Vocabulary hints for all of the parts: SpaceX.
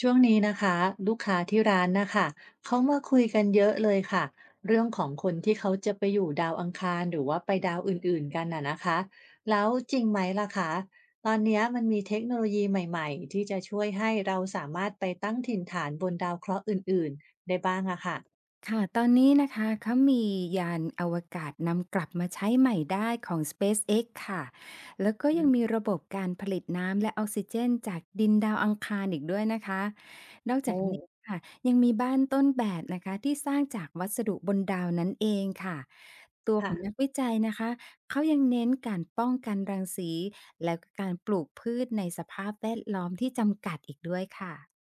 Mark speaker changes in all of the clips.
Speaker 1: ช่วงนี้นะคะลูกค้าที่ร้านนะคะเขามาคุยกันเยอะเลยค่ะเรื่องของคนที่เขาจะไปอยู่ดาวอังคารหรือว่าไปดาวอื่นๆกันน่ะนะคะแล้วจริงไหมล่ะคะตอนเนี้ยมันมีเทคโนโลยีใหม่ๆที่จะช่วยให้เราสามารถไปตั้งถิ่นฐานบนดาวเคราะห์อื่นๆได้บ้างอะค่ะ
Speaker 2: ค่ะตอนนี้นะคะเขามียานอวกาศนำกลับมาใช้ใหม่ได้ของ SpaceX ค่ะ แล้วก็
Speaker 1: อื
Speaker 2: ยัง
Speaker 1: ม
Speaker 2: มีระบบการผลิตน้ำและออกซิเจนจากดินดาวอังคารอีกด้วยนะคะนอก
Speaker 1: โอ้
Speaker 2: จากนี้ค่ะยังมีบ้านต้นแบบนะคะที่สร้างจากวัสดุบนดาวนั้นเองค่ะ ตัวข
Speaker 1: ค่ะ
Speaker 2: องนักวิจัยนะคะเขายังเน้นการป้องกันรังสีแล้วก็การปลูกพืชในสภาพแวดล้อมที่จำกัดอีกด้วยค่ะ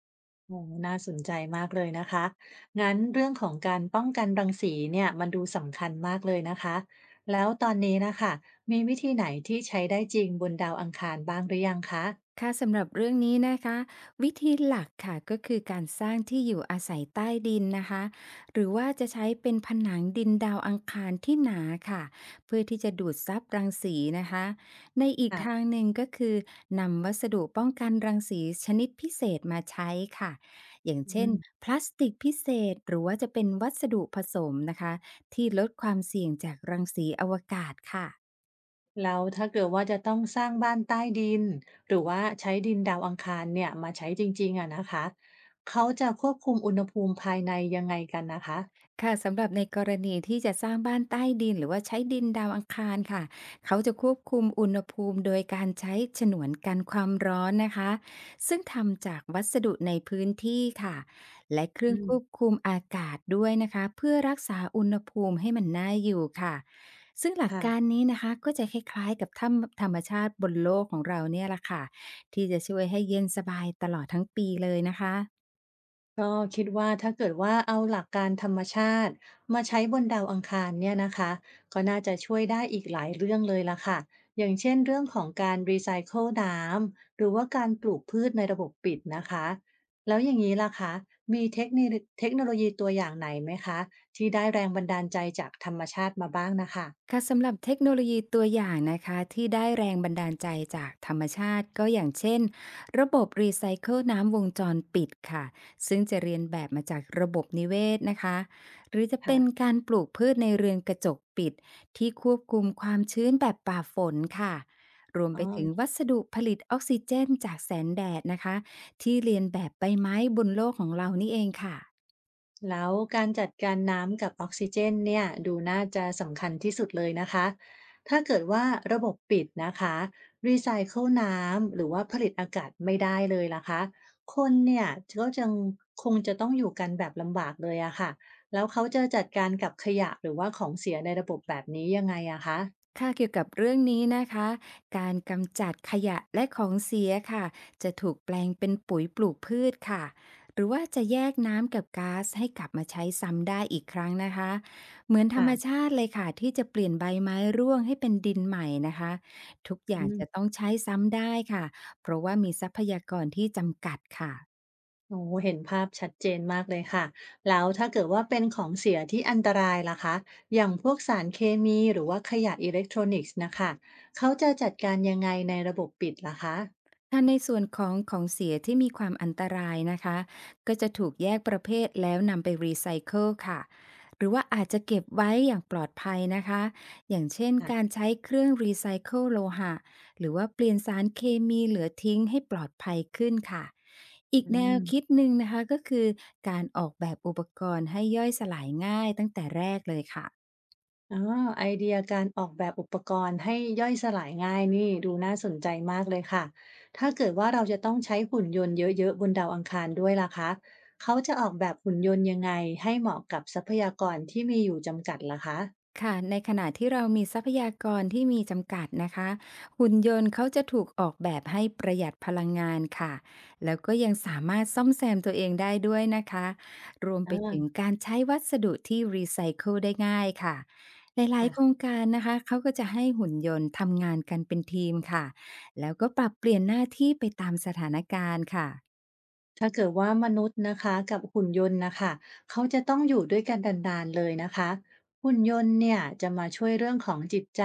Speaker 1: โอ้น่าสนใจมากเลยนะคะ งั้นเรื่องของการป้องกันรังสีเนี่ยมันดูสำคัญมากเลยนะคะ แล้วตอนนี้นะคะ มีวิธีไหนที่ใช้ได้จริงบนดาวอังคารบ้างหรือยังคะ
Speaker 2: ค่ะสำหรับเรื่องนี้นะคะวิธีหลักค่ะก็คือการสร้างที่อยู่อาศัยใต้ดินนะคะหรือว่าจะใช้เป็นผนังดินดาวอังคารที่หนาค่ะเพื่อที่จะดูดซับรังสีนะคะในอีกทาง
Speaker 1: ค่ะ
Speaker 2: หนึ่งก็คือนำวัสดุป้องกันรังสีชนิดพิเศษมาใช้ค่ะอย่าง
Speaker 1: อื
Speaker 2: เช่น
Speaker 1: ม
Speaker 2: พลาสติกพิเศษหรือว่าจะเป็นวัสดุผสมนะคะที่ลดความเสี่ยงจากรังสีอวกาศค่ะ
Speaker 1: แล้วถ้าเกิดว่าจะต้องสร้างบ้านใต้ดิน หรือว่าใช้ดินดาวอังคารเนี่ยมาใช้จริงๆอะนะคะเขาจะควบคุมอุณหภูมิภายในยังไงกันนะคะ
Speaker 2: ค่ะสำหรับในกรณีที่จะสร้างบ้านใต้ดินหรือว่าใช้ดินดาวอังคารค่ะเขาจะควบคุมอุณหภูมิโดยการใช้ฉนวนกันความร้อนนะคะซึ่งทำจากวัสดุในพื้นที่ค่ะและเครื่
Speaker 1: อื
Speaker 2: อง
Speaker 1: ม
Speaker 2: ควบคุมอากาศด้วยนะคะเพื่อรักษาอุณหภูมิให้มันน่าอยู่ค่ะซึ่งหลักการ
Speaker 1: ค่ะ
Speaker 2: นี้นะคะก็จะคล้ายๆกับถ้ำธรรมชาติบนโลกของเราเนี่ยละค่ะที่จะช่วยให้เย็นสบายตลอดทั้งปีเลยนะคะ
Speaker 1: ก็คิดว่าถ้าเกิดว่าเอาหลักการธรรมชาติมาใช้บนดาวอังคารเนี่ยนะคะก็น่าจะช่วยได้อีกหลายเรื่องเลยล่ะค่ะอย่างเช่นเรื่องของการรีไซเคิลน้ำหรือว่าการปลูกพืชในระบบปิดนะคะแล้วอย่างนี้ล่ะคะมีเทคโนโลยีตัวอย่างไหนไหมคะที่ได้แรงบันดาลใจจากธรรมชาติมาบ้างนะคะ
Speaker 2: ค่ะสำหรับเทคโนโลยีตัวอย่างนะคะที่ได้แรงบันดาลใจจากธรรมชาติก็อย่างเช่นระบบรีไซเคิลน้ำวงจรปิดค่ะซึ่งจะเรียนแบบมาจากระบบนิเวศนะคะหรือจะ
Speaker 1: ค่ะ
Speaker 2: เป็นการปลูกพืชในเรือนกระจกปิดที่ควบคุมความชื้นแบบป่าฝนค่ะรวม
Speaker 1: อ๋อ
Speaker 2: ไปถึงวัสดุผลิตออกซิเจนจากแสงแดดนะคะที่เรียนแบบใบไม้บนโลกของเรานี่เองค่ะ
Speaker 1: แล้วการจัดการน้ำกับออกซิเจนเนี่ยดูน่าจะสำคัญที่สุดเลยนะคะถ้าเกิดว่าระบบปิดนะคะรีไซเคิลน้ำหรือว่าผลิตอากาศไม่ได้เลยล่ะคะคนเนี่ยก็จะคงจะต้องอยู่กันแบบลำบากเลยอะค่ะแล้วเขาจะจัดการกับขยะหรือว่าของเสียในระบบแบบนี้ยังไงอะคะ
Speaker 2: ค่ะเกี่ยวกับเรื่องนี้นะคะการกำจัดขยะและของเสียค่ะจะถูกแปลงเป็นปุ๋ยปลูกพืชค่ะหรือว่าจะแยกน้ำกับก๊าซให้กลับมาใช้ซ้ำได้อีกครั้งนะคะ เหมือนธร
Speaker 1: ค่ะ
Speaker 2: รมชาติเลยค่ะที่จะเปลี่ยนใบไม้ร่วงให้เป็นดินใหม่นะคะ ทุกอ
Speaker 1: อื
Speaker 2: ย่าง
Speaker 1: ม
Speaker 2: จะต้องใช้ซ้ำได้ค่ะเพราะว่ามีทรัพยากรที่จำกัดค่ะ
Speaker 1: โอ้เห็นภาพชัดเจนมากเลยค่ะแล้วถ้าเกิดว่าเป็นของเสียที่อันตรายล่ะคะอย่างพวกสารเคมีหรือว่าขยะอิเล็กทรอนิกส์นะคะเขาจะจัดการยังไงในระบบปิดล่ะคะ
Speaker 2: ถ้าในส่วนของของเสียที่มีความอันตรายนะคะก็จะถูกแยกประเภทแล้วนำไปรีไซเคิลค่ะหรือว่าอาจจะเก็บไว้อย่างปลอดภัยนะคะอย่างเช่นการ
Speaker 1: ค่ะ
Speaker 2: ใช้เครื่องรีไซเคิลโลหะหรือว่าเปลี่ยนสารเคมีเหลือทิ้งให้ปลอดภัยขึ้นค่ะอีก
Speaker 1: อื
Speaker 2: แนวคิด
Speaker 1: ม
Speaker 2: หนึ่งนะคะก็คือการออกแบบอุปกรณ์ให้ย่อยสลายง่ายตั้งแต่แรกเลยค่ะ
Speaker 1: อ๋อไอเดียการออกแบบอุปกรณ์ให้ย่อยสลายง่ายนี่ดูน่าสนใจมากเลยค่ะถ้าเกิดว่าเราจะต้องใช้หุ่นยนต์เยอะๆบนดาวอังคารด้วยล่ะคะเขาจะออกแบบหุ่นยนต์ยังไงให้เหมาะกับทรัพยากรที่มีอยู่จำกัดล่ะคะ
Speaker 2: ค่ะในขณะที่เรามีทรัพยากรที่มีจำกัดนะคะหุ่นยนต์เขาจะถูกออกแบบให้ประหยัดพลังงานค่ะแล้วก็ยังสามารถซ่อมแซมตัวเองได้ด้วยนะคะรวมไป
Speaker 1: อา
Speaker 2: ถึงการใช้วัสดุที่รีไซเคิลได้ง่ายค่ะหลายๆโครง
Speaker 1: ค่ะ
Speaker 2: การนะคะเขาก็จะให้หุ่นยนต์ทำงานกันเป็นทีมค่ะแล้วก็ปรับเปลี่ยนหน้าที่ไปตามสถานการณ์ค่ะ
Speaker 1: ถ้าเกิดว่ามนุษย์นะคะกับหุ่นยนต์นะคะเขาจะต้องอยู่ด้วยกันดานๆเลยนะคะหุ่นยนต์เนี่ยจะมาช่วยเรื่องของจิตใจ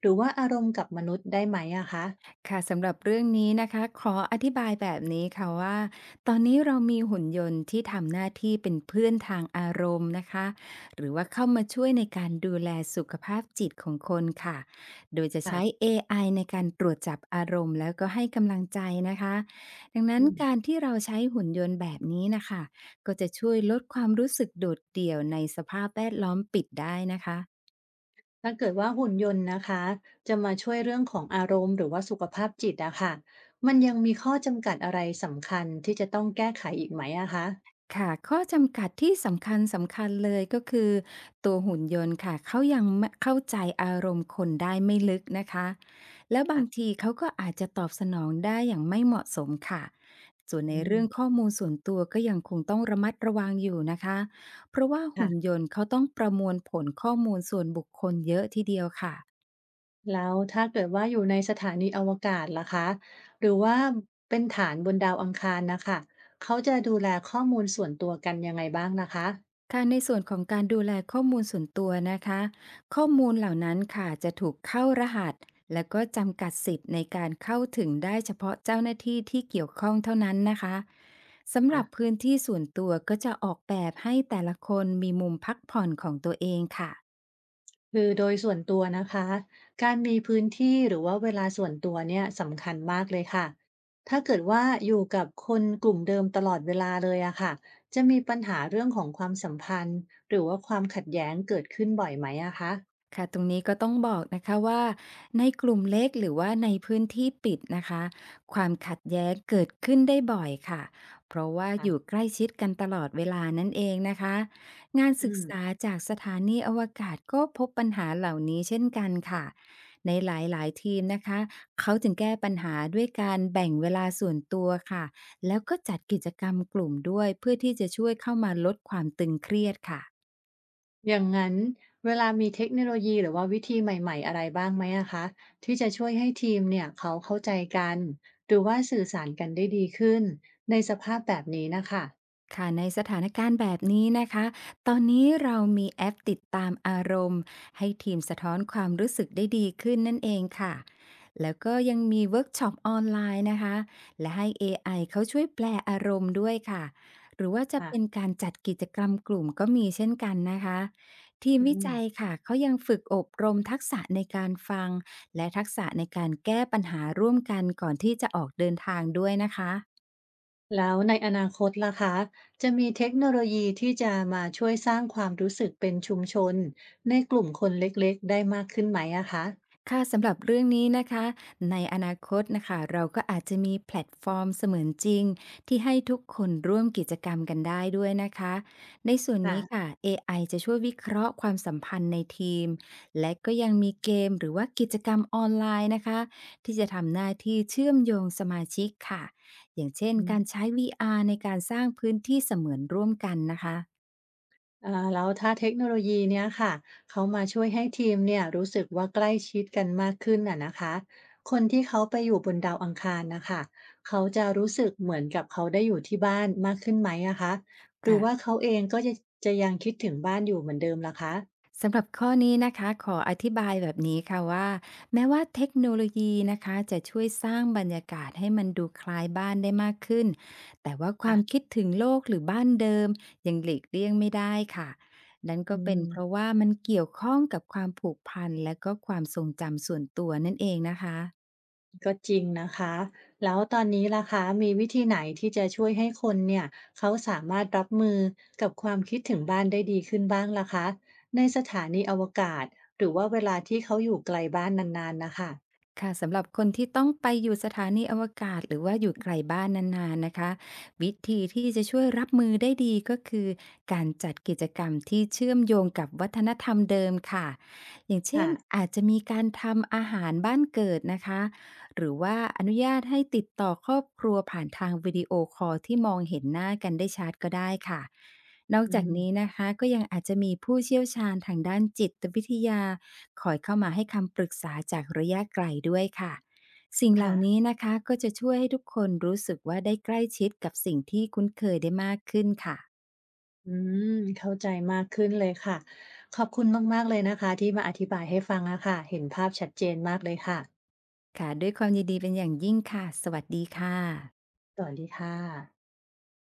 Speaker 1: หรือว่าอารมณ์กับมนุษย์ได้ไหมอะคะ
Speaker 2: ค่ะสำหรับเรื่องนี้นะคะขออธิบายแบบนี้ค่ะว่าตอนนี้เรามีหุ่นยนต์ที่ทำหน้าที่เป็นเพื่อนทางอารมณ์นะคะหรือว่าเข้ามาช่วยในการดูแลสุขภาพจิตของคนค่ะโดยจะใช้
Speaker 1: ค่ะ
Speaker 2: AI ในการตรวจจับอารมณ์แล้วก็ให้กำลังใจนะคะดังนั้
Speaker 1: อื
Speaker 2: นการ
Speaker 1: ม
Speaker 2: ที่เราใช้หุ่นยนต์แบบนี้นะคะก็จะช่วยลดความรู้สึกโดดเดี่ยวในสภาพแวดล้อมปิดได้นะคะ
Speaker 1: ถ้าเกิดว่าหุ่นยนต์นะคะจะมาช่วยเรื่องของอารมณ์หรือว่าสุขภาพจิตอะค่ะมันยังมีข้อจำกัดอะไรสำคัญที่จะต้องแก้ไขอีกไหมอะคะ
Speaker 2: ค่ะข้อจำกัดที่สำคัญเลยก็คือตัวหุ่นยนต์ค่ะเขายังไมเข้าใจอารมณ์คนได้ไม่ลึกนะคะแล้วบาง
Speaker 1: ค่ะ
Speaker 2: ทีเขาก็อาจจะตอบสนองได้อย่างไม่เหมาะสมค่ะ ส่วนใน
Speaker 1: อืม
Speaker 2: เรื่องข้อมูลส่วนตัวก็ยังคงต้องระมัดระวังอยู่นะคะ เพราะว่าหุ่นยนต์เขาต้องประมวลผลข้อมูลส่วนบุคคลเยอะทีเดียวค่ะ
Speaker 1: แล้วถ้าเกิดว่าอยู่ในสถานีอวกาศล่ะคะหรือว่าเป็นฐานบนดาวอังคารนะคะเขาจะดูแลข้อมูลส่วนตัวกันยังไงบ้างนะคะ
Speaker 2: ค่ะในส่วนของการดูแลข้อมูลส่วนตัวนะคะข้อมูลเหล่านั้นค่ะจะถูกเข้ารหัสและก็จำกัดสิทธิ์ในการเข้าถึงได้เฉพาะเจ้าหน้าที่ที่เกี่ยวข้องเท่านั้นนะคะสำห
Speaker 1: อ่ะ
Speaker 2: รับพื้นที่ส่วนตัวก็จะออกแบบให้แต่ละคนมีมุมพักผ่อนของตัวเองค่ะ
Speaker 1: คือโดยส่วนตัวนะคะการมีพื้นที่หรือว่าเวลาส่วนตัวเนี่ยสำคัญมากเลยค่ะถ้าเกิดว่าอยู่กับคนกลุ่มเดิมตลอดเวลาเลยอะค่ะจะมีปัญหาเรื่องของความสัมพันธ์หรือว่าความขัดแย้งเกิดขึ้นบ่อยไหมอะคะ
Speaker 2: ค่ะตรงนี้ก็ต้องบอกนะคะว่าในกลุ่มเล็กหรือว่าในพื้นที่ปิดนะคะความขัดแย้งเกิดขึ้นได้บ่อยค่ะเพราะว่าอยู่ใกล้ชิดกันตลอดเวลานั่นเองนะคะงาน
Speaker 1: อื
Speaker 2: ศึกษา
Speaker 1: ม
Speaker 2: จากสถานีอวกาศก็พบปัญหาเหล่านี้เช่นกันค่ะในหลายๆทีมนะคะเขาจึงแก้ปัญหาด้วยการแบ่งเวลาส่วนตัวค่ะแล้วก็จัดกิจกรรมกลุ่มด้วยเพื่อที่จะช่วยเข้ามาลดความตึงเครียดค่ะ
Speaker 1: อย่างนั้นเวลามีเทคโนโลยีหรือว่าวิธีใหม่ๆอะไรบ้างไหมอะคะที่จะช่วยให้ทีมเนี่ยเขาเข้าใจกันหรือว่าสื่อสารกันได้ดีขึ้นในสภาพแบบนี้นะคะ
Speaker 2: ค่ะในสถานการณ์แบบนี้นะคะตอนนี้เรามีแอปติดตามอารมณ์ให้ทีมสะท้อนความรู้สึกได้ดีขึ้นนั่นเองค่ะแล้วก็ยังมีเวิร์กช็อปออนไลน์นะคะและให้ AI เขาช่วยแปลอารมณ์ด้วยค่ะหรือว่าจะเป็น
Speaker 1: ค่ะ
Speaker 2: การจัดกิจกรรมกลุ่มก็มีเช่นกันนะคะทีม
Speaker 1: อื
Speaker 2: วิ
Speaker 1: ม
Speaker 2: จัยค่ะเขายังฝึกอบรมทักษะในการฟังและทักษะในการแก้ปัญหาร่วมกันก่อนที่จะออกเดินทางด้วยนะคะ
Speaker 1: แล้วในอนาคตล่ะคะจะมีเทคโนโลยีที่จะมาช่วยสร้างความรู้สึกเป็นชุมชนในกลุ่มคนเล็กๆได้มากขึ้นไหมอะคะ
Speaker 2: ค่ะสำหรับเรื่องนี้นะคะในอนาคตนะคะเราก็อาจจะมีแพลตฟอร์มเสมือนจริงที่ให้ทุกคนร่วมกิจกรรมกันได้ด้วยนะคะในส่วน
Speaker 1: ค่ะ
Speaker 2: นี้ค่ะเอไอจะช่วยวิเคราะห์ความสัมพันธ์ในทีมและก็ยังมีเกมหรือว่ากิจกรรมออนไลน์นะคะที่จะทำหน้าที่เชื่อมโยงสมาชิกค่ะอย่างเช่น
Speaker 1: อื
Speaker 2: การ
Speaker 1: ม
Speaker 2: ใช้ VR ในการสร้างพื้นที่เสมือนร่วมกันนะคะ
Speaker 1: อ่าแล้วถ้าเทคโนโลยีเนี้ยค่ะเขามาช่วยให้ทีมเนี่ยรู้สึกว่าใกล้ชิดกันมากขึ้นน่ะนะคะคนที่เขาไปอยู่บนดาวอังคารนะคะเขาจะรู้สึกเหมือนกับเขาได้อยู่ที่บ้านมากขึ้นไหมอะคะหรือ
Speaker 2: ค่ะ
Speaker 1: ว่าเขาเองก็จะจะยังคิดถึงบ้านอยู่เหมือนเดิมล่ะคะ
Speaker 2: สำหรับข้อนี้นะคะขออธิบายแบบนี้ค่ะว่าแม้ว่าเทคโนโลยีนะคะจะช่วยสร้างบรรยากาศให้มันดูคล้ายบ้านได้มากขึ้นแต่ว่าควา
Speaker 1: ค่ะ
Speaker 2: มคิดถึงโลกหรือบ้านเดิมยังหลีกเลี่ยงไม่ได้ค่ะนั่นก็
Speaker 1: อื
Speaker 2: เป็น
Speaker 1: ม
Speaker 2: เพราะว่ามันเกี่ยวข้องกับความผูกพันและก็ความทรงจำส่วนตัวนั่นเองนะคะ
Speaker 1: ก็จริงนะคะแล้วตอนนี้ล่ะคะมีวิธีไหนที่จะช่วยให้คนเนี่ยเขาสามารถรับมือกับความคิดถึงบ้านได้ดีขึ้นบ้างล่ะคะในสถานีอวกาศหรือว่าเวลาที่เขาอยู่ไกลบ้านนานๆนะคะ
Speaker 2: ค่ะสำหรับคนที่ต้องไปอยู่สถานีอวกาศหรือว่าอยู่ไกลบ้านนานๆนะคะวิธีที่จะช่วยรับมือได้ดีก็คือการจัดกิจกรรมที่เชื่อมโยงกับวัฒนธรรมเดิมค่ะอย่างเช่น
Speaker 1: ค่ะ
Speaker 2: อาจจะมีการทำอาหารบ้านเกิดนะคะหรือว่าอนุญาตให้ติดต่อครอบครัวผ่านทางวิดีโอคอลที่มองเห็นหน้ากันได้ชัดก็ได้ค่ะนอก
Speaker 1: อื
Speaker 2: จาก
Speaker 1: ม
Speaker 2: นี้นะคะก็ยังอาจจะมีผู้เชี่ยวชาญทางด้านจิตวิทยา คอยเข้ามาให้คำปรึกษาจากระยะไกลด้วยค่ะสิ่งเห
Speaker 1: ค่ะ
Speaker 2: ล่านี้นะคะก็จะช่วยให้ทุกคนรู้สึกว่าได้ใกล้ชิดกับสิ่งที่คุ้นเคยได้มากขึ้นค่ะ
Speaker 1: อืมเข้าใจมากขึ้นเลยค่ะขอบคุณมากๆเลยนะคะที่มาอธิบายให้ฟังอะค่ะเห็นภาพชัดเจนมากเลยค่ะ
Speaker 2: ค่ะด้วยความยินดีเป็นอย่างยิ่งค่ะสวัสดีค่ะ
Speaker 1: สวัสดีค่ะ